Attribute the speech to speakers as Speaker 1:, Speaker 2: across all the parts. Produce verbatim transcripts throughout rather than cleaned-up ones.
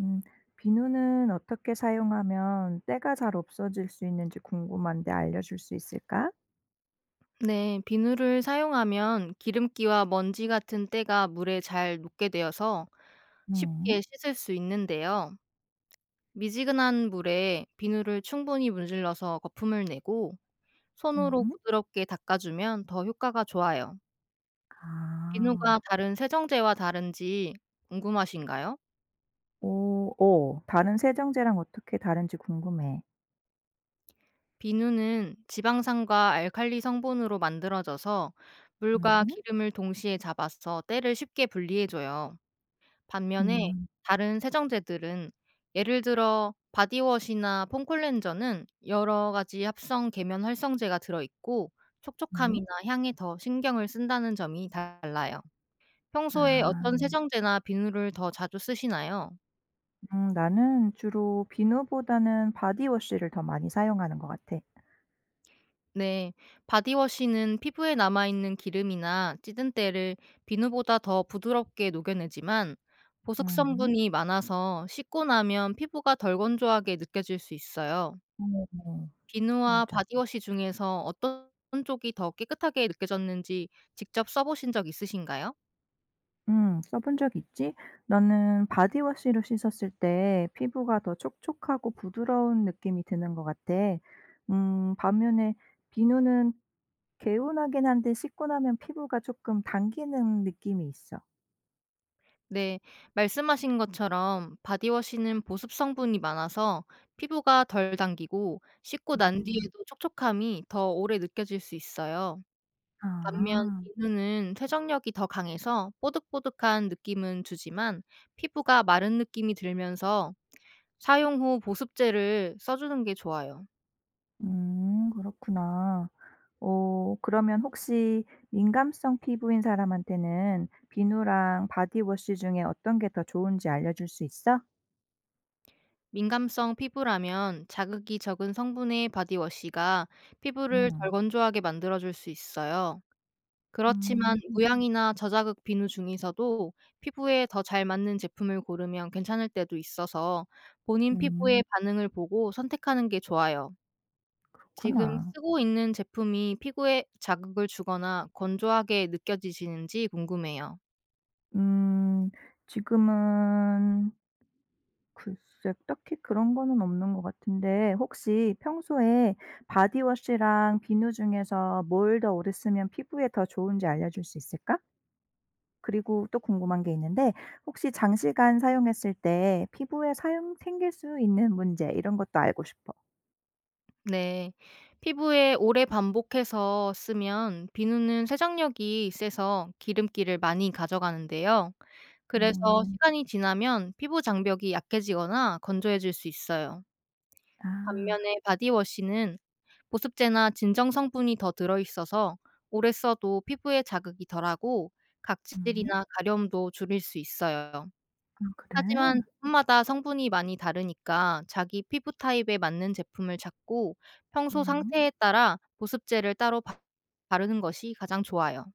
Speaker 1: 음. 비누는 어떻게 사용하면 때가 잘 없어질 수 있는지 궁금한데 알려줄 수 있을까?
Speaker 2: 네, 비누를 사용하면 기름기와 먼지 같은 때가 물에 잘 녹게 되어서
Speaker 1: 음.
Speaker 2: 쉽게 씻을 수 있는데요. 미지근한 물에 비누를 충분히 문질러서 거품을 내고, 손으로
Speaker 1: 음.
Speaker 2: 부드럽게 닦아주면 더 효과가 좋아요.
Speaker 1: 아.
Speaker 2: 비누가 다른 세정제와 다른지 궁금하신가요?
Speaker 1: 오 오, 다른 세정제랑 어떻게 다른지 궁금해.
Speaker 2: 비누는 지방산과 알칼리 성분으로 만들어져서 물과
Speaker 1: 음
Speaker 2: 기름을 동시에 잡아서 때를 쉽게 분리해줘요. 반면에
Speaker 1: 음.
Speaker 2: 다른 세정제들은, 예를 들어 바디워시나 폼클렌저는 여러 가지 합성 계면 활성제가 들어 있고,
Speaker 1: 음.
Speaker 2: 촉촉함이나 향에 더 신경을 쓴다는 점이 달라요. 평소에 어떤
Speaker 1: 아.
Speaker 2: 세정제나 비누를 더 자주 쓰시나요?
Speaker 1: 음 나는 주로 비누보다는 바디워시를 더 많이 사용하는 것 같아.
Speaker 2: 네. 바디워시는 피부에 남아 있는 기름이나 찌든 때를 비누보다 더 부드럽게 녹여내지만, 보습
Speaker 1: 음
Speaker 2: 성분이 많아서 씻고 나면 피부가 덜 건조하게 느껴질 수 있어요.
Speaker 1: 오,
Speaker 2: 비누와
Speaker 1: 맞아.
Speaker 2: 바디워시 중에서 어떤 쪽이 더 깨끗하게 느껴졌는지 직접 써 보신 적 있으신가요?
Speaker 1: 음. 써본 적 있지? 나는 바디워시로 씻었을 때 피부가 더 촉촉하고 부드러운 느낌이 드는 것 같아. 음 반면에 비누는 개운하긴 한데 씻고 나면 피부가 조금 당기는 느낌이 있어.
Speaker 2: 네. 말씀하신 것처럼 바디워시는 보습 성분이 많아서 피부가 덜 당기고, 씻고 난
Speaker 1: 음.
Speaker 2: 뒤에도 촉촉함이 더 오래 느껴질 수 있어요. 반면
Speaker 1: 아.
Speaker 2: 비누는 세정력이 더 강해서 뽀득뽀득한 느낌은 주지만, 피부가 마른 느낌이 들면서 사용 후 보습제를 써 주는 게 좋아요.
Speaker 1: 음. 그렇구나. 오 그러면 혹시 민감성 피부인 사람한테는 비누랑 바디워시 중에 어떤 게 더 좋은지 알려줄 수 있어?
Speaker 2: 민감성 피부라면 자극이 적은 성분의 바디워시가 피부를 덜
Speaker 1: 음.
Speaker 2: 건조하게 만들어줄 수 있어요. 그렇지만
Speaker 1: 음.
Speaker 2: 무향이나 저자극 비누 중에서도 피부에 더 잘 맞는 제품을 고르면 괜찮을 때도 있어서, 본인
Speaker 1: 음.
Speaker 2: 피부의 반응을 보고 선택하는 게 좋아요. 지금
Speaker 1: 그렇구나.
Speaker 2: 쓰고 있는 제품이 피부에 자극을 주거나 건조하게 느껴지시는지 궁금해요.
Speaker 1: 음. 지금은 글쎄 딱히 그런 거는 없는 것 같은데 혹시 평소에 바디 워시랑 비누 중에서 뭘 더 오래 쓰면 피부에 더 좋은지 알려줄 수 있을까? 그리고 또 궁금한 게 있는데 혹시 장시간 사용했을 때 피부에 사용 생길 수 있는 문제 이런 것도 알고 싶어.
Speaker 2: 네. 피부에 오래 반복해서 쓰면 비누는 세정력이 세서 기름기를 많이 가져가는데요. 그래서
Speaker 1: 음.
Speaker 2: 시간이 지나면 피부 장벽이 약해지거나 건조해질 수 있어요.
Speaker 1: 아.
Speaker 2: 반면에 바디워시는 보습제나 진정 성분이 더 들어있어서 오래 써도 피부에 자극이 덜하고,
Speaker 1: 음.
Speaker 2: 각질이나 가려움도 줄일 수 있어요.
Speaker 1: 아
Speaker 2: 하지만
Speaker 1: 그래?
Speaker 2: 제품마다 성분이 많이 다르니까 자기 피부 타입에 맞는 제품을 찾고, 평소
Speaker 1: 음.
Speaker 2: 상태에 따라 보습제를 따로 바- 바르는 것이 가장 좋아요.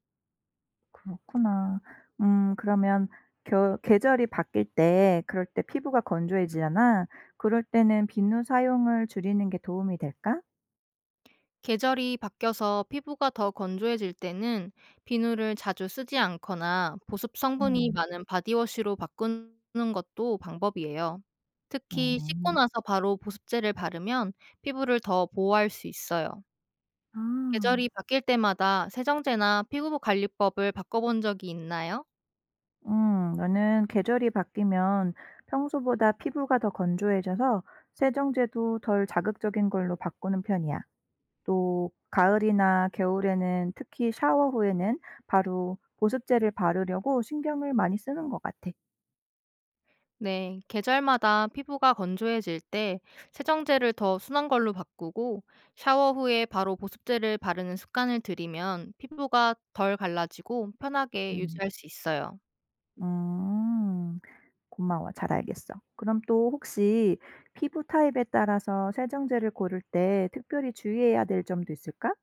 Speaker 1: 그렇구나. 음 그러면 겨 계절이 바뀔 때 그럴 때 피부가 건조해지잖아. 그럴 때는 비누 사용을 줄이는 게 도움이 될까?
Speaker 2: 계절이 바뀌어서 피부가 더 건조해질 때는 비누를 자주 쓰지 않거나 보습 성분이
Speaker 1: 음.
Speaker 2: 많은 바디워시로 바꾸는 것도 방법이에요. 특히 씻고
Speaker 1: 음.
Speaker 2: 나서 바로 보습제를 바르면 피부를 더 보호할 수 있어요.
Speaker 1: 아.
Speaker 2: 계절이 바뀔 때마다 세정제나 피부 관리법을 바꿔본 적이 있나요?
Speaker 1: 음. 나는 계절이 바뀌면 평소보다 피부가 더 건조해져서 세정제도 덜 자극적인 걸로 바꾸는 편이야. 또 가을이나 겨울에는 특히 샤워 후에는 바로 보습제를 바르려고 신경을 많이 쓰는 것 같아.
Speaker 2: 네, 계절마다 피부가 건조해질 때 세정제를 더 순한 걸로 바꾸고, 샤워 후에 바로 보습제를 바르는 습관을 들이면 피부가 덜 갈라지고 편하게
Speaker 1: 음.
Speaker 2: 유지할 수 있어요.
Speaker 1: 음. 고마워. 잘 알겠어. 그럼 또 혹시 피부 타입에 따라서 세정제를 고를 때 특별히 주의해야 될 점도 있을까?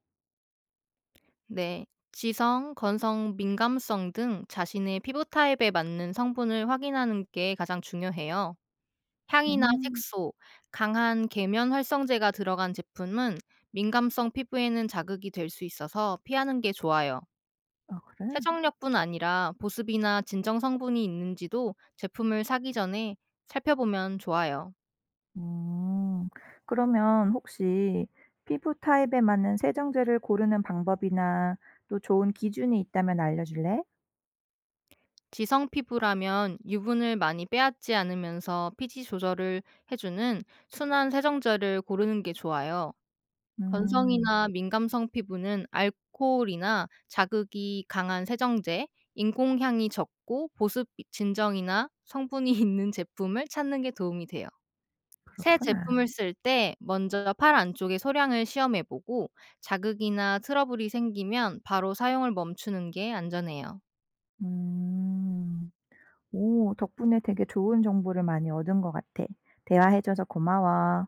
Speaker 2: 네, 지성, 건성, 민감성 등 자신의 피부 타입에 맞는 성분을 확인하는 게 가장 중요해요. 향이나
Speaker 1: 음.
Speaker 2: 색소, 강한 계면 활성제가 들어간 제품은 민감성 피부에는 자극이 될 수 있어서 피하는 게 좋아요.
Speaker 1: 아 그래?
Speaker 2: 세정력뿐 아니라 보습이나 진정 성분이 있는지도 제품을 사기 전에 살펴보면 좋아요.
Speaker 1: 음. 그러면 혹시 피부 타입에 맞는 세정제를 고르는 방법이나 또 좋은 기준이 있다면 알려줄래?
Speaker 2: 지성 피부라면 유분을 많이 빼앗지 않으면서 피지 조절을 해주는 순한 세정제를 고르는 게 좋아요.
Speaker 1: 음.
Speaker 2: 건성이나 민감성 피부는 알코올이나 자극이 강한 세정제, 인공향이 적고 보습 진정이나 성분이 있는 제품을 찾는 게 도움이 돼요. 새
Speaker 1: 그렇구나.
Speaker 2: 제품을 쓸 때 먼저 팔 안쪽의 소량을 시험해 보고, 자극이나 트러블이 생기면 바로 사용을 멈추는 게 안전해요.
Speaker 1: 음. 오 덕분에 되게 좋은 정보를 많이 얻은 것 같아. 대화해 줘서 고마워.